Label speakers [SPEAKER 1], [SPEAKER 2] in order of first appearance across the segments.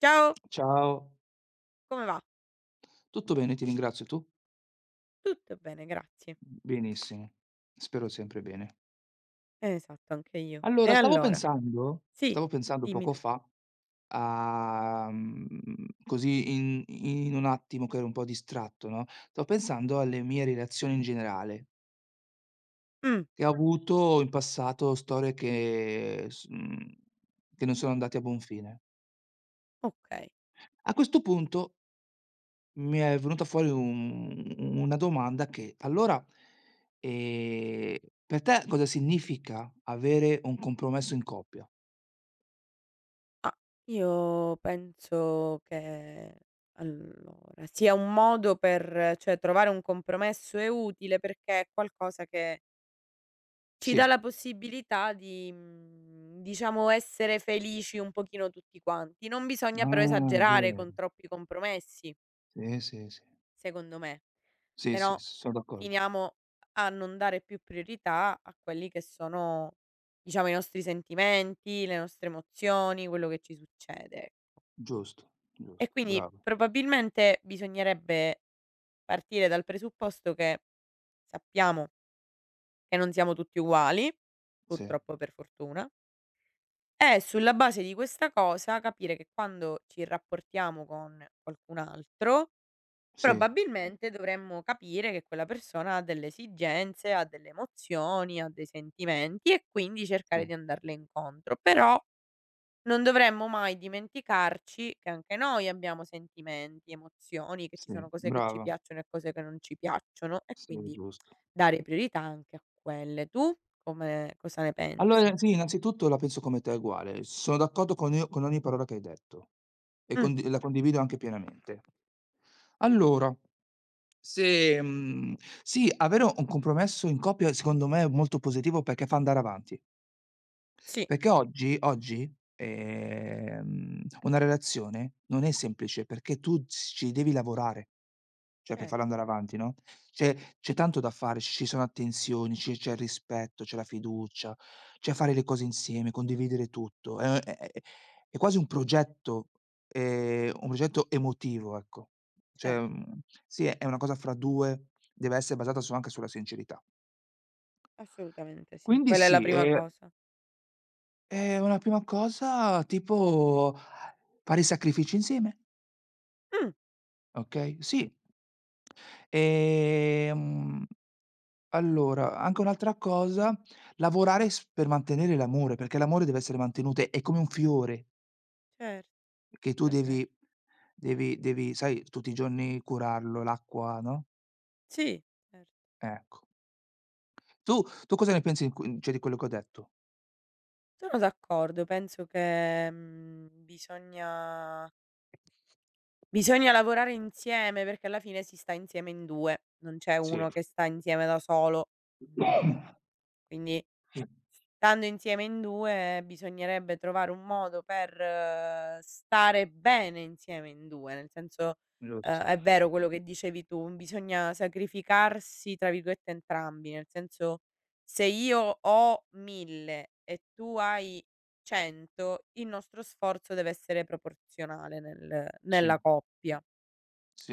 [SPEAKER 1] Ciao,
[SPEAKER 2] Ciao.
[SPEAKER 1] come va?
[SPEAKER 2] Tutto bene, ti ringrazio. Tu?
[SPEAKER 1] Tutto bene, grazie.
[SPEAKER 2] Benissimo. Spero sempre bene.
[SPEAKER 1] Esatto, anche io. E
[SPEAKER 2] Allora, stavo
[SPEAKER 1] allora?
[SPEAKER 2] pensando
[SPEAKER 1] Sì,
[SPEAKER 2] stavo pensando
[SPEAKER 1] dimmi
[SPEAKER 2] poco
[SPEAKER 1] tutto.
[SPEAKER 2] fa a così in un attimo che ero un po' distratto, no, stavo pensando alle mie relazioni in generale,
[SPEAKER 1] Mh.
[SPEAKER 2] che ho avuto in passato storie che non sono andate a buon fine.
[SPEAKER 1] Okay.
[SPEAKER 2] A questo punto, mi è venuta fuori un una domanda che allora, ehm, per te cosa significa avere un compromesso in coppia?
[SPEAKER 1] Ah, io penso che allora, sia un modo per cioè trovare un compromesso è utile perché è qualcosa che ci dà
[SPEAKER 2] Sì.
[SPEAKER 1] la possibilità di, diciamo essere felici un pochino tutti quanti. Non bisogna però
[SPEAKER 2] Ah, è
[SPEAKER 1] esagerare
[SPEAKER 2] vero.
[SPEAKER 1] con troppi compromessi,
[SPEAKER 2] Sì, sì, sì.
[SPEAKER 1] secondo me.
[SPEAKER 2] Sì,
[SPEAKER 1] Se
[SPEAKER 2] sì, sì,
[SPEAKER 1] no
[SPEAKER 2] sono d'accordo.
[SPEAKER 1] finiamo a non dare più priorità a quelli che sono, diciamo, i nostri sentimenti, le nostre emozioni, quello che ci succede.
[SPEAKER 2] Giusto,
[SPEAKER 1] E
[SPEAKER 2] giusto,
[SPEAKER 1] quindi
[SPEAKER 2] brava.
[SPEAKER 1] probabilmente bisognerebbe partire dal presupposto che sappiamo che non siamo tutti uguali,
[SPEAKER 2] Sì,
[SPEAKER 1] purtroppo per fortuna, e sulla base di questa cosa capire che quando ci rapportiamo con qualcun altro
[SPEAKER 2] sì,
[SPEAKER 1] probabilmente dovremmo capire che quella persona ha delle esigenze, ha delle emozioni, ha dei sentimenti e quindi
[SPEAKER 2] sì,
[SPEAKER 1] cercare di andarle incontro. Però non dovremmo mai dimenticarci che anche noi abbiamo sentimenti, emozioni, che ci
[SPEAKER 2] sì,
[SPEAKER 1] sono cose che ci
[SPEAKER 2] brava.
[SPEAKER 1] piacciono e cose che non ci piacciono e
[SPEAKER 2] Sì,
[SPEAKER 1] quindi
[SPEAKER 2] giusto.
[SPEAKER 1] dare priorità anche a quelle. Tu come cosa ne pensi?
[SPEAKER 2] Allora sì, innanzitutto la penso come te uguale. Sono d'accordo con ogni parola che hai detto e
[SPEAKER 1] Mh,
[SPEAKER 2] condi la condivido anche pienamente. Allora. Se mhmm, Sì, avere un compromesso in coppia secondo me è molto positivo perché fa andare avanti.
[SPEAKER 1] sì,
[SPEAKER 2] Perché oggi oggi, una relazione non è semplice, perché tu s ci devi lavorare, cioè per
[SPEAKER 1] certo,
[SPEAKER 2] farla andare avanti, no, c'è c'è tanto da fare, ci sono attenzioni, ci c'è il rispetto, c'è la fiducia, c'è fare le cose insieme, condividere tutto. È quasi un progetto emotivo, ecco. Cioè,
[SPEAKER 1] certo,
[SPEAKER 2] sì, è una cosa fra due, deve essere basata su anche sulla sincerità.
[SPEAKER 1] assolutamente sì.
[SPEAKER 2] Quindi
[SPEAKER 1] Quella è la
[SPEAKER 2] sì,
[SPEAKER 1] prima cosa.
[SPEAKER 2] Una prima cosa tipo fare i sacrifici insieme,
[SPEAKER 1] Mh,
[SPEAKER 2] okay? Sì. Ehm, allora, anche un'altra cosa, lavorare s per mantenere l'amore, perché l'amore deve essere mantenute è come un fiore
[SPEAKER 1] certo,
[SPEAKER 2] che tu
[SPEAKER 1] è
[SPEAKER 2] devi
[SPEAKER 1] vero.
[SPEAKER 2] devi devi sai tutti i giorni curarlo, l'acqua, no,
[SPEAKER 1] Sì, cer
[SPEAKER 2] ecco. Tu cosa ne pensi in qu cioè di quello che ho detto?
[SPEAKER 1] sono d'accordo, penso che, bisogna lavorare insieme perché alla fine si sta insieme in 2, non c'è
[SPEAKER 2] Sì.
[SPEAKER 1] uno che sta insieme da solo. Mhmm, quindi
[SPEAKER 2] Sì,
[SPEAKER 1] stando insieme in 2 bisognerebbe trovare un modo per stare bene insieme in 2, nel senso,
[SPEAKER 2] giusto.
[SPEAKER 1] è vero quello che dicevi tu, bisogna "sacrificarsi" tra virgolette entrambi, nel senso, se io ho 1000 e tu hai 100 il nostro sforzo deve essere proporzionale nel
[SPEAKER 2] Sì,
[SPEAKER 1] nella coppia.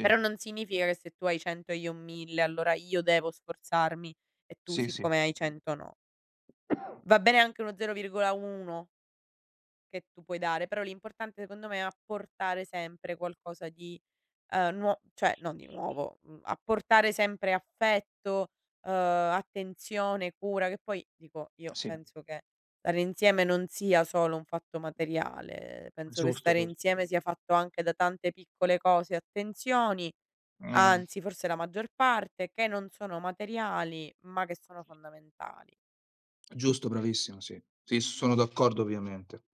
[SPEAKER 1] Però non significa che se tu hai 100 e io ho 1000 allora io devo sforzarmi e tu
[SPEAKER 2] sì, sì,
[SPEAKER 1] siccome hai 100 no. Va bene anche uno 0,1 che tu puoi dare, però l'importante secondo me è apportare sempre qualcosa di, nuo cioè non di nuovo, apportare sempre affetto, attenzione, cura, che poi dico, io
[SPEAKER 2] sì.
[SPEAKER 1] penso che stare insieme non sia solo un fatto materiale, penso che
[SPEAKER 2] Giusto,
[SPEAKER 1] stare insieme sia fatto anche da tante piccole cose e attenzioni,
[SPEAKER 2] Mh,
[SPEAKER 1] anzi forse la maggior parte, che non sono materiali, ma che sono fondamentali.
[SPEAKER 2] giusto, bravissimo, sì. Sì, sono d'accordo ovviamente.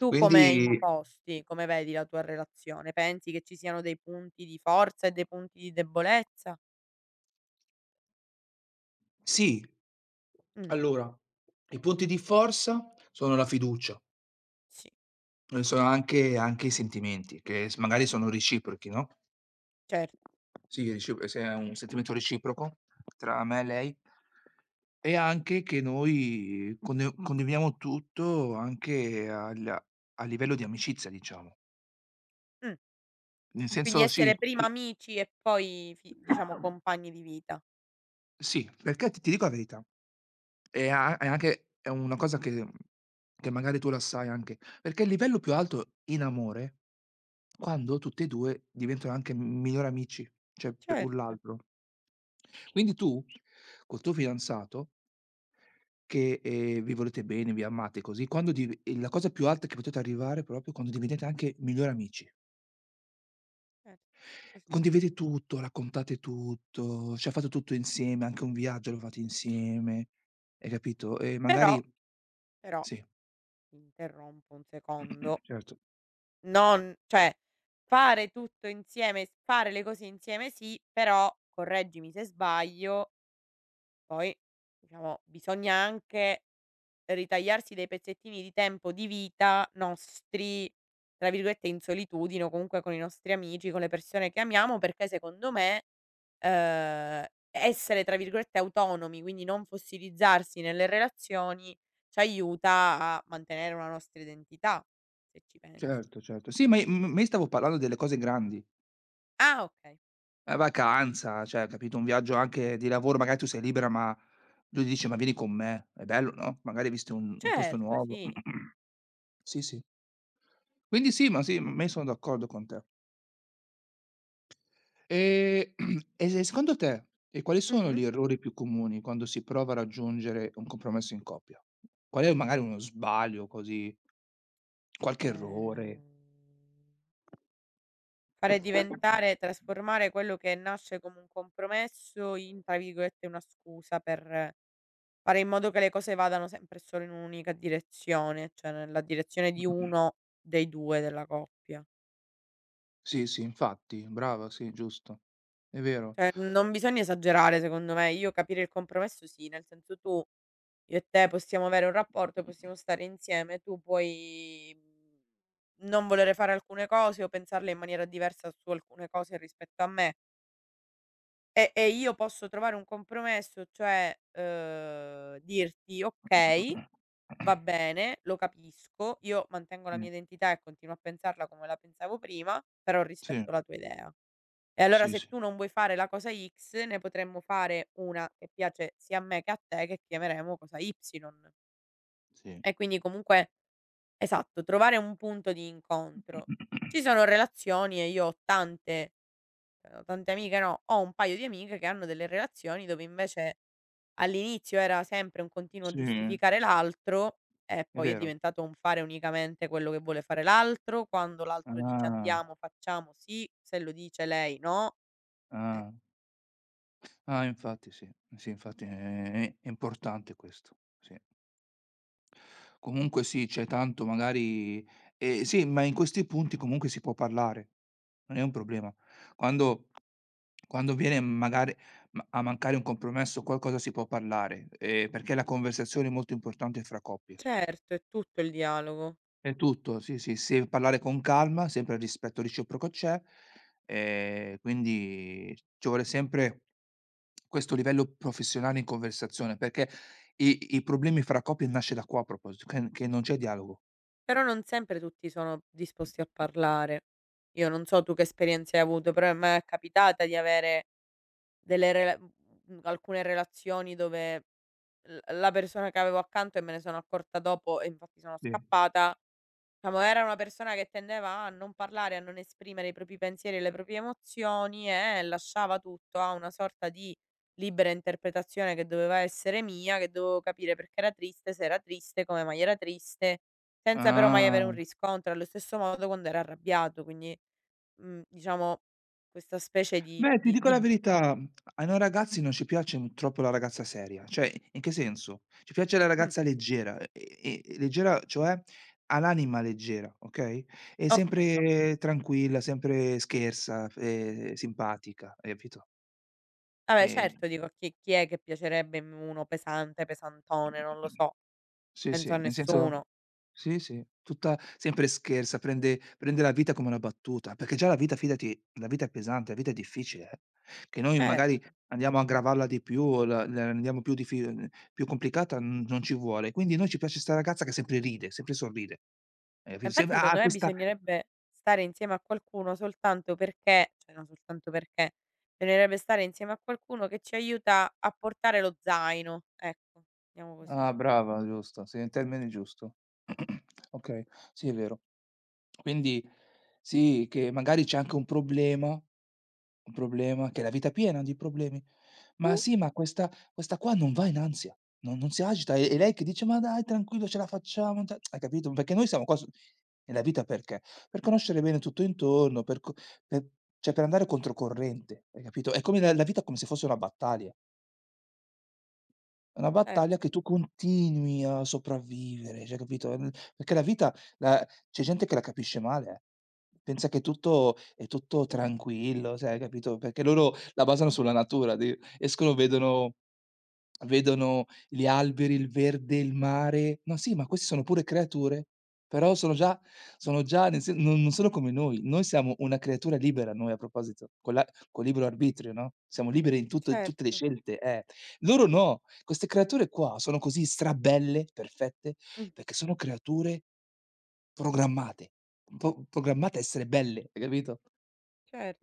[SPEAKER 1] Tu come
[SPEAKER 2] Quindi
[SPEAKER 1] imposti, come vedi la tua relazione? Pensi che ci siano dei punti di forza e dei punti di debolezza?
[SPEAKER 2] sì.
[SPEAKER 1] Mh,
[SPEAKER 2] Allora, i punti di forza sono la fiducia
[SPEAKER 1] sì,
[SPEAKER 2] e sono anche i sentimenti che s magari sono reciprochi, no,
[SPEAKER 1] certo.
[SPEAKER 2] sì, reciproc se è un sentimento reciproco tra me e lei e anche che noi conde condividiamo tutto anche al a livello di amicizia, diciamo.
[SPEAKER 1] Mh,
[SPEAKER 2] Nel
[SPEAKER 1] quindi
[SPEAKER 2] senso sì,
[SPEAKER 1] essere prima
[SPEAKER 2] sì.
[SPEAKER 1] amici e poi fi diciamo compagni di vita.
[SPEAKER 2] Sì, perché ti dico la verità. E anche è una cosa che che magari tu la sai anche, perché il livello più alto in amore, quando tutti e due diventano anche migliori amici, cioè per un
[SPEAKER 1] Certo,
[SPEAKER 2] l'altro. Quindi tu, col tuo fidanzato, che, vi volete bene, vi amate così, quando div la cosa più alta che potete arrivare è proprio quando diventate anche migliori amici.
[SPEAKER 1] certo, questo è vero.
[SPEAKER 2] Condividete tutto, raccontate tutto, cioè fate tutto insieme, anche un viaggio lo fate insieme, hai capito? E
[SPEAKER 1] Però,
[SPEAKER 2] magari
[SPEAKER 1] però,
[SPEAKER 2] sì,
[SPEAKER 1] ti interrompo un secondo,
[SPEAKER 2] certo.
[SPEAKER 1] non cioè fare tutto insieme, s fare le cose insieme sì, però correggimi se sbaglio, poi diciamo bisogna anche ritagliarsi dei pezzettini di tempo di vita nostri, tra virgolette, "in solitudine" o comunque con i nostri amici, con le persone che amiamo, perché secondo me, ehm, essere tra virgolette "autonomi", quindi non fossilizzarsi nelle relazioni, ci aiuta a mantenere una nostra identità, se ci pensi.
[SPEAKER 2] Certo, certo. Sì, ma i m ma io stavo parlando delle cose grandi.
[SPEAKER 1] Ah, okay,
[SPEAKER 2] La vacanza, cioè capito, un viaggio anche di lavoro, magari tu sei libera, ma lui dice: "Ma vieni con me." È bello, no, magari hai visto un posto
[SPEAKER 1] certo
[SPEAKER 2] nuovo.
[SPEAKER 1] sì.
[SPEAKER 2] Sì, sì. Quindi sì, ma io sono d'accordo con te. Ehm, e se secondo te, quali sono
[SPEAKER 1] Mh-mh.
[SPEAKER 2] gli errori più comuni quando si prova a raggiungere un compromesso in coppia? Qual è magari uno sbaglio così, qualche
[SPEAKER 1] Ehm
[SPEAKER 2] errore?
[SPEAKER 1] Fare diventare Trasformare quello che nasce come un compromesso in, tra virgolette, "una scusa" per fare in modo che le cose vadano sempre solo in un'unica direzione, cioè nella direzione di uno dei 2 della coppia.
[SPEAKER 2] Sì, sì, infatti, brava, sì, giusto. È vero.
[SPEAKER 1] Cioè, non bisogna esagerare secondo me. Io capire il compromesso sì, nel senso tu io e te possiamo avere un rapporto, possiamo stare insieme, tu puoi, non volere fare alcune cose o pensarle in maniera diversa su alcune cose rispetto a me. E io posso trovare un compromesso, cioè, dirti: "Okay, va bene, lo capisco, io mantengo la mia
[SPEAKER 2] Mh,
[SPEAKER 1] identità e continuo a pensarla come la pensavo prima, però
[SPEAKER 2] sì,
[SPEAKER 1] rispetto la tua idea. E allora
[SPEAKER 2] sì,
[SPEAKER 1] se
[SPEAKER 2] sì,
[SPEAKER 1] tu non vuoi fare la cosa X, ne potremmo fare una che piace sia a me che a te, che chiameremo cosa Y".
[SPEAKER 2] sì.
[SPEAKER 1] E quindi comunque esatto, trovare un punto di incontro. Ci sono relazioni e io ho tante tante amiche no, ho un paio di amiche che hanno delle relazioni dove invece all'inizio era sempre un continuo
[SPEAKER 2] Sì, è
[SPEAKER 1] giustificare l'altro e poi è
[SPEAKER 2] vero.
[SPEAKER 1] diventato un fare unicamente quello che vuole fare l'altro, quando l'altro dice:
[SPEAKER 2] Ah,
[SPEAKER 1] "Andiamo, facciamo", sì, se lo dice lei no, eh.
[SPEAKER 2] ah, ah, infatti sì, sì, infatti è importante questo, sì. Comunque sì, c'è tanto magari, sì, ma in questi punti comunque si può parlare, non è un problema. Quando viene magari a mancare un compromesso qualcosa si può parlare, perché la conversazione è molto importante fra coppie.
[SPEAKER 1] Certo, è tutto il dialogo,
[SPEAKER 2] È tutto, sì, sì, se parlare con calma, sempre il rispetto reciproco c'è, quindi ci vuole sempre questo livello professionale in conversazione, perché i problemi fra coppie nasce da qua a proposito, che non c'è dialogo.
[SPEAKER 1] però non sempre tutti sono disposti a parlare. Io non so tu che esperienze hai avuto, però a me è capitata di avere alcune relazioni dove l la persona che avevo accanto e me ne sono accorta dopo e infatti sono
[SPEAKER 2] Sì.
[SPEAKER 1] scappata. Diciamo era una persona che tendeva a non parlare, a non esprimere i propri pensieri e le proprie emozioni e lasciava tutto a una sorta di libera interpretazione che doveva essere mia, che dovevo capire perché era triste, se era triste, come mai era triste, senza però mai avere un
[SPEAKER 2] Ah.
[SPEAKER 1] riscontro. Allo stesso modo quando era arrabbiato, quindi, diciamo questa specie di
[SPEAKER 2] Beh, ti dico la verità, a noi ragazzi non ci piace m troppo la ragazza seria, cioè in che senso? Ci piace la
[SPEAKER 1] mh,
[SPEAKER 2] ragazza leggera, e leggera cioè ha l'anima leggera, okay, è
[SPEAKER 1] okay.
[SPEAKER 2] sempre tranquilla, sempre scherza, simpatica, hai capito?
[SPEAKER 1] Vabbè
[SPEAKER 2] E
[SPEAKER 1] certo dico a chi è che piacerebbe uno pesante, pesantone, non lo so,
[SPEAKER 2] Sì,
[SPEAKER 1] penso
[SPEAKER 2] sì,
[SPEAKER 1] a
[SPEAKER 2] nel senso
[SPEAKER 1] nessuno.
[SPEAKER 2] sì, sì, tutta sempre scherza, prende la vita come una battuta, perché già la vita fidati, la vita è pesante, la vita è difficile, che noi magari
[SPEAKER 1] Certo.
[SPEAKER 2] andiamo a aggravarla di più o la rendiamo più complicata, n non ci vuole. Quindi a noi ci piace 'sta ragazza che sempre ride, sempre sorride. Hai
[SPEAKER 1] Ma
[SPEAKER 2] capi sem
[SPEAKER 1] infatti secondo
[SPEAKER 2] ha
[SPEAKER 1] me
[SPEAKER 2] questa
[SPEAKER 1] bisognerebbe stare insieme a qualcuno soltanto perché cioè no soltanto perché, bisognerebbe stare insieme a qualcuno che ci aiuta a portare lo zaino, ecco, mettiamo così.
[SPEAKER 2] Ah, brava, giusto, sì, il termine giusto. Okay, sì, è vero. Quindi sì, che magari c'è anche un problema. Un problema che la vita è piena di problemi. Ma
[SPEAKER 1] Uh,
[SPEAKER 2] sì, ma questa qua non va in ansia, non si agita. È lei che dice: "Ma dai, tranquillo, ce la facciamo, ta" hai capito? Perché noi siamo qua su nella vita perché? Per conoscere bene tutto intorno, per co per cioè per andare controcorrente, hai capito? È come la vita è come se fosse una battaglia. È una battaglia che
[SPEAKER 1] certo,
[SPEAKER 2] tu continui a sopravvivere, cioè capito, perché la vita la c'è gente che la capisce male, eh. Pensa che tutto è tutto tranquillo, sai, capito, perché loro la basano sulla natura, di escono, vedono gli alberi, il verde, il mare. No, sì, ma queste sono pure creature, però sono già nel sen non non sono come noi. Noi siamo una creatura libera noi a proposito, con la con libero arbitrio, no, siamo liberi in tutte le
[SPEAKER 1] certo,
[SPEAKER 2] scelte, eh. Loro no, queste creature qua sono così strabelle, perfette,
[SPEAKER 1] mh,
[SPEAKER 2] perché sono creature programmate, po programmate a essere belle, hai capito?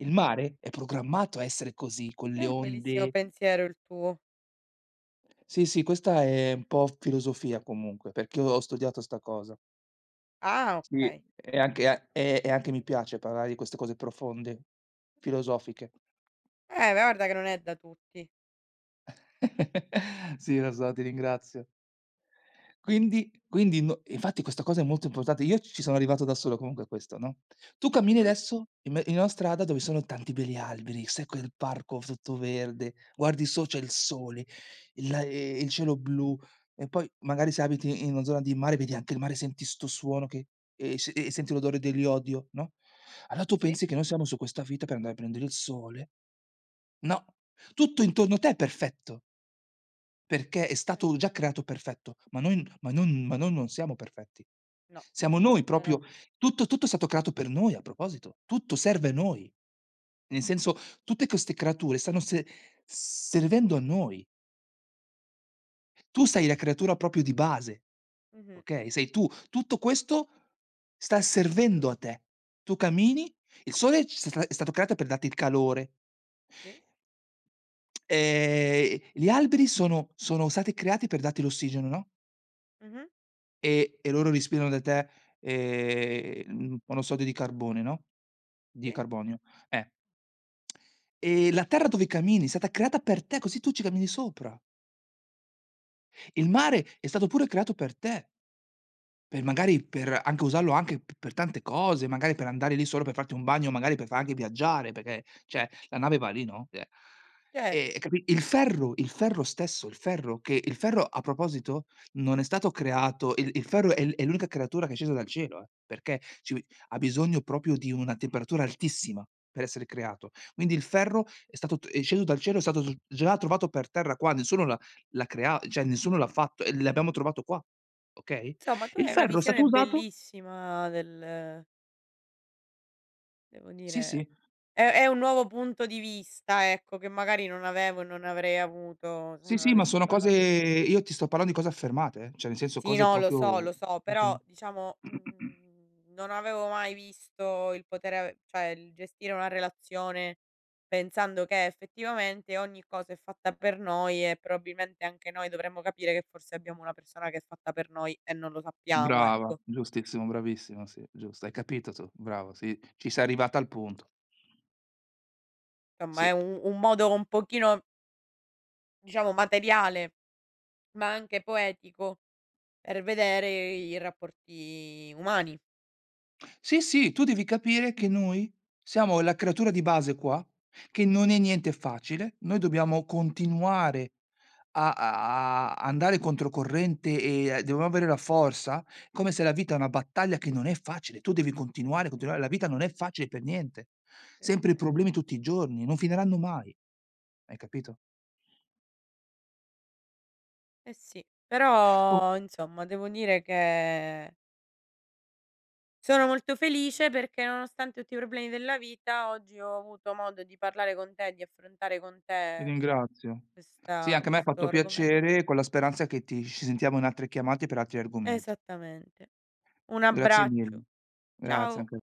[SPEAKER 2] Il mare è programmato a essere così, con
[SPEAKER 1] È
[SPEAKER 2] le
[SPEAKER 1] un bellissimo
[SPEAKER 2] onde.
[SPEAKER 1] pensiero il tuo.
[SPEAKER 2] Sì, sì, questa è un po' filosofia comunque, perché io ho studiato 'sta cosa.
[SPEAKER 1] Ah,
[SPEAKER 2] Sì,
[SPEAKER 1] okay.
[SPEAKER 2] e anche a e anche mi piace parlare di queste cose profonde, filosofiche.
[SPEAKER 1] Beh guarda che non è da tutti.
[SPEAKER 2] Sì, lo so, ti ringrazio. Quindi no, infatti questa cosa è molto importante. Io ci sono arrivato da solo comunque a questo, no, tu cammini
[SPEAKER 1] Mh-mh,
[SPEAKER 2] adesso in una strada dove sono tanti belli alberi, sai quel parco tutto verde, guardi, c'è il sole, il cielo blu e poi magari se abiti in una zona di mare vedi anche il mare, senti 'sto suono che e se e senti l'odore dell'iodio, no, allora tu
[SPEAKER 1] sì,
[SPEAKER 2] pensi che noi siamo su questa vita per andare a prendere il sole? No, tutto intorno a te è perfetto. Perché è
[SPEAKER 1] cer
[SPEAKER 2] stato già creato perfetto, ma noi non siamo perfetti.
[SPEAKER 1] no,
[SPEAKER 2] Siamo noi
[SPEAKER 1] decisamente
[SPEAKER 2] proprio.
[SPEAKER 1] no.
[SPEAKER 2] Tutto è stato creato per noi a proposito, tutto serve a noi. Nel senso, tutte queste creature stanno se servendo a noi. Tu sei la creatura proprio di base,
[SPEAKER 1] Mh-mh,
[SPEAKER 2] okay, sei tu. Tutto questo sta servendo a te. Tu cammini, il sole c sta è stato creato per darti il calore.
[SPEAKER 1] sì,
[SPEAKER 2] Gli alberi sono stati creati per darti l'ossigeno, no?
[SPEAKER 1] mh-mh,
[SPEAKER 2] E loro respirano da te, monossido di carbone, no, di
[SPEAKER 1] sì,
[SPEAKER 2] carbonio, eh. E la terra dove cammini è stata creata per te, così tu ci cammini sopra. Il mare è stato pure creato per te. Per magari per anche usarlo anche p per tante cose, magari per andare lì solo per farti un bagno, magari per far anche viaggiare, perché cioè la nave va lì, no, eh. E
[SPEAKER 1] certo.
[SPEAKER 2] capi il ferro stesso, il ferro a proposito non è stato creato, il ferro è l'unica creatura che è scesa dal cielo, perché ci ha bisogno proprio di una temperatura altissima per essere creato. Quindi il ferro è stato t è sceso dal cielo, è stato s già trovato per terra qua, nessuno l'ha l'ha crea cioè nessuno l'ha fatto e l'abbiamo trovato qua, okay?
[SPEAKER 1] Insomma tu
[SPEAKER 2] Il
[SPEAKER 1] hai una
[SPEAKER 2] ferro è stato
[SPEAKER 1] visione
[SPEAKER 2] usato.
[SPEAKER 1] bellissima del. Devo
[SPEAKER 2] Sì,
[SPEAKER 1] dire
[SPEAKER 2] sì,
[SPEAKER 1] è un nuovo punto di vista, ecco, che magari non avevo e non avrei avuto se
[SPEAKER 2] sì,
[SPEAKER 1] non
[SPEAKER 2] sì. ma
[SPEAKER 1] avessi
[SPEAKER 2] sono cose
[SPEAKER 1] parlato
[SPEAKER 2] io ti sto parlando di cose affermate, cioè nel senso
[SPEAKER 1] sì,
[SPEAKER 2] cose
[SPEAKER 1] no,
[SPEAKER 2] proprio
[SPEAKER 1] lo so,
[SPEAKER 2] sì, sì.
[SPEAKER 1] però diciamo, non avevo mai visto il potere ave cioè il gestire una relazione pensando che effettivamente ogni cosa è fatta per noi e probabilmente anche noi dovremmo capire che forse abbiamo una persona che è fatta per noi e non lo sappiamo,
[SPEAKER 2] Brava,
[SPEAKER 1] ecco.
[SPEAKER 2] giustissimo, bravissima, sì, giusto. Hai capito tu, brava, sì, ci sei arrivata al punto.
[SPEAKER 1] Insomma è
[SPEAKER 2] Sì.
[SPEAKER 1] un modo un pochino, diciamo, materiale, ma anche poetico per vedere i rapporti umani.
[SPEAKER 2] Sì, sì, tu devi capire che noi siamo la creatura di base qua, che non è niente facile. Noi dobbiamo continuare a andare controcorrente e a devo avere la forza, come se la vita è una battaglia che non è facile, tu devi
[SPEAKER 1] Eh
[SPEAKER 2] continuare,
[SPEAKER 1] sì,
[SPEAKER 2] continuare, la vita non è facile per niente.
[SPEAKER 1] per
[SPEAKER 2] Sempre
[SPEAKER 1] nien
[SPEAKER 2] problemi tutti i giorni, non finiranno mai, hai capito?
[SPEAKER 1] eh sì.
[SPEAKER 2] Oh,
[SPEAKER 1] Però insomma devo dire che sono molto felice perché nonostante tutti i problemi della vita oggi ho avuto modo di parlare con te, di affrontare con
[SPEAKER 2] ti
[SPEAKER 1] te
[SPEAKER 2] ringrazio. Sì,
[SPEAKER 1] questa
[SPEAKER 2] anche a me ha
[SPEAKER 1] questo
[SPEAKER 2] fatto
[SPEAKER 1] argomen
[SPEAKER 2] piacere, con la speranza che ti ci sentiamo in altre chiamate per altri argomenti.
[SPEAKER 1] esattamente. Un
[SPEAKER 2] Grazie mille.
[SPEAKER 1] abbraccio.
[SPEAKER 2] Grazie
[SPEAKER 1] Ciao.
[SPEAKER 2] anche a te.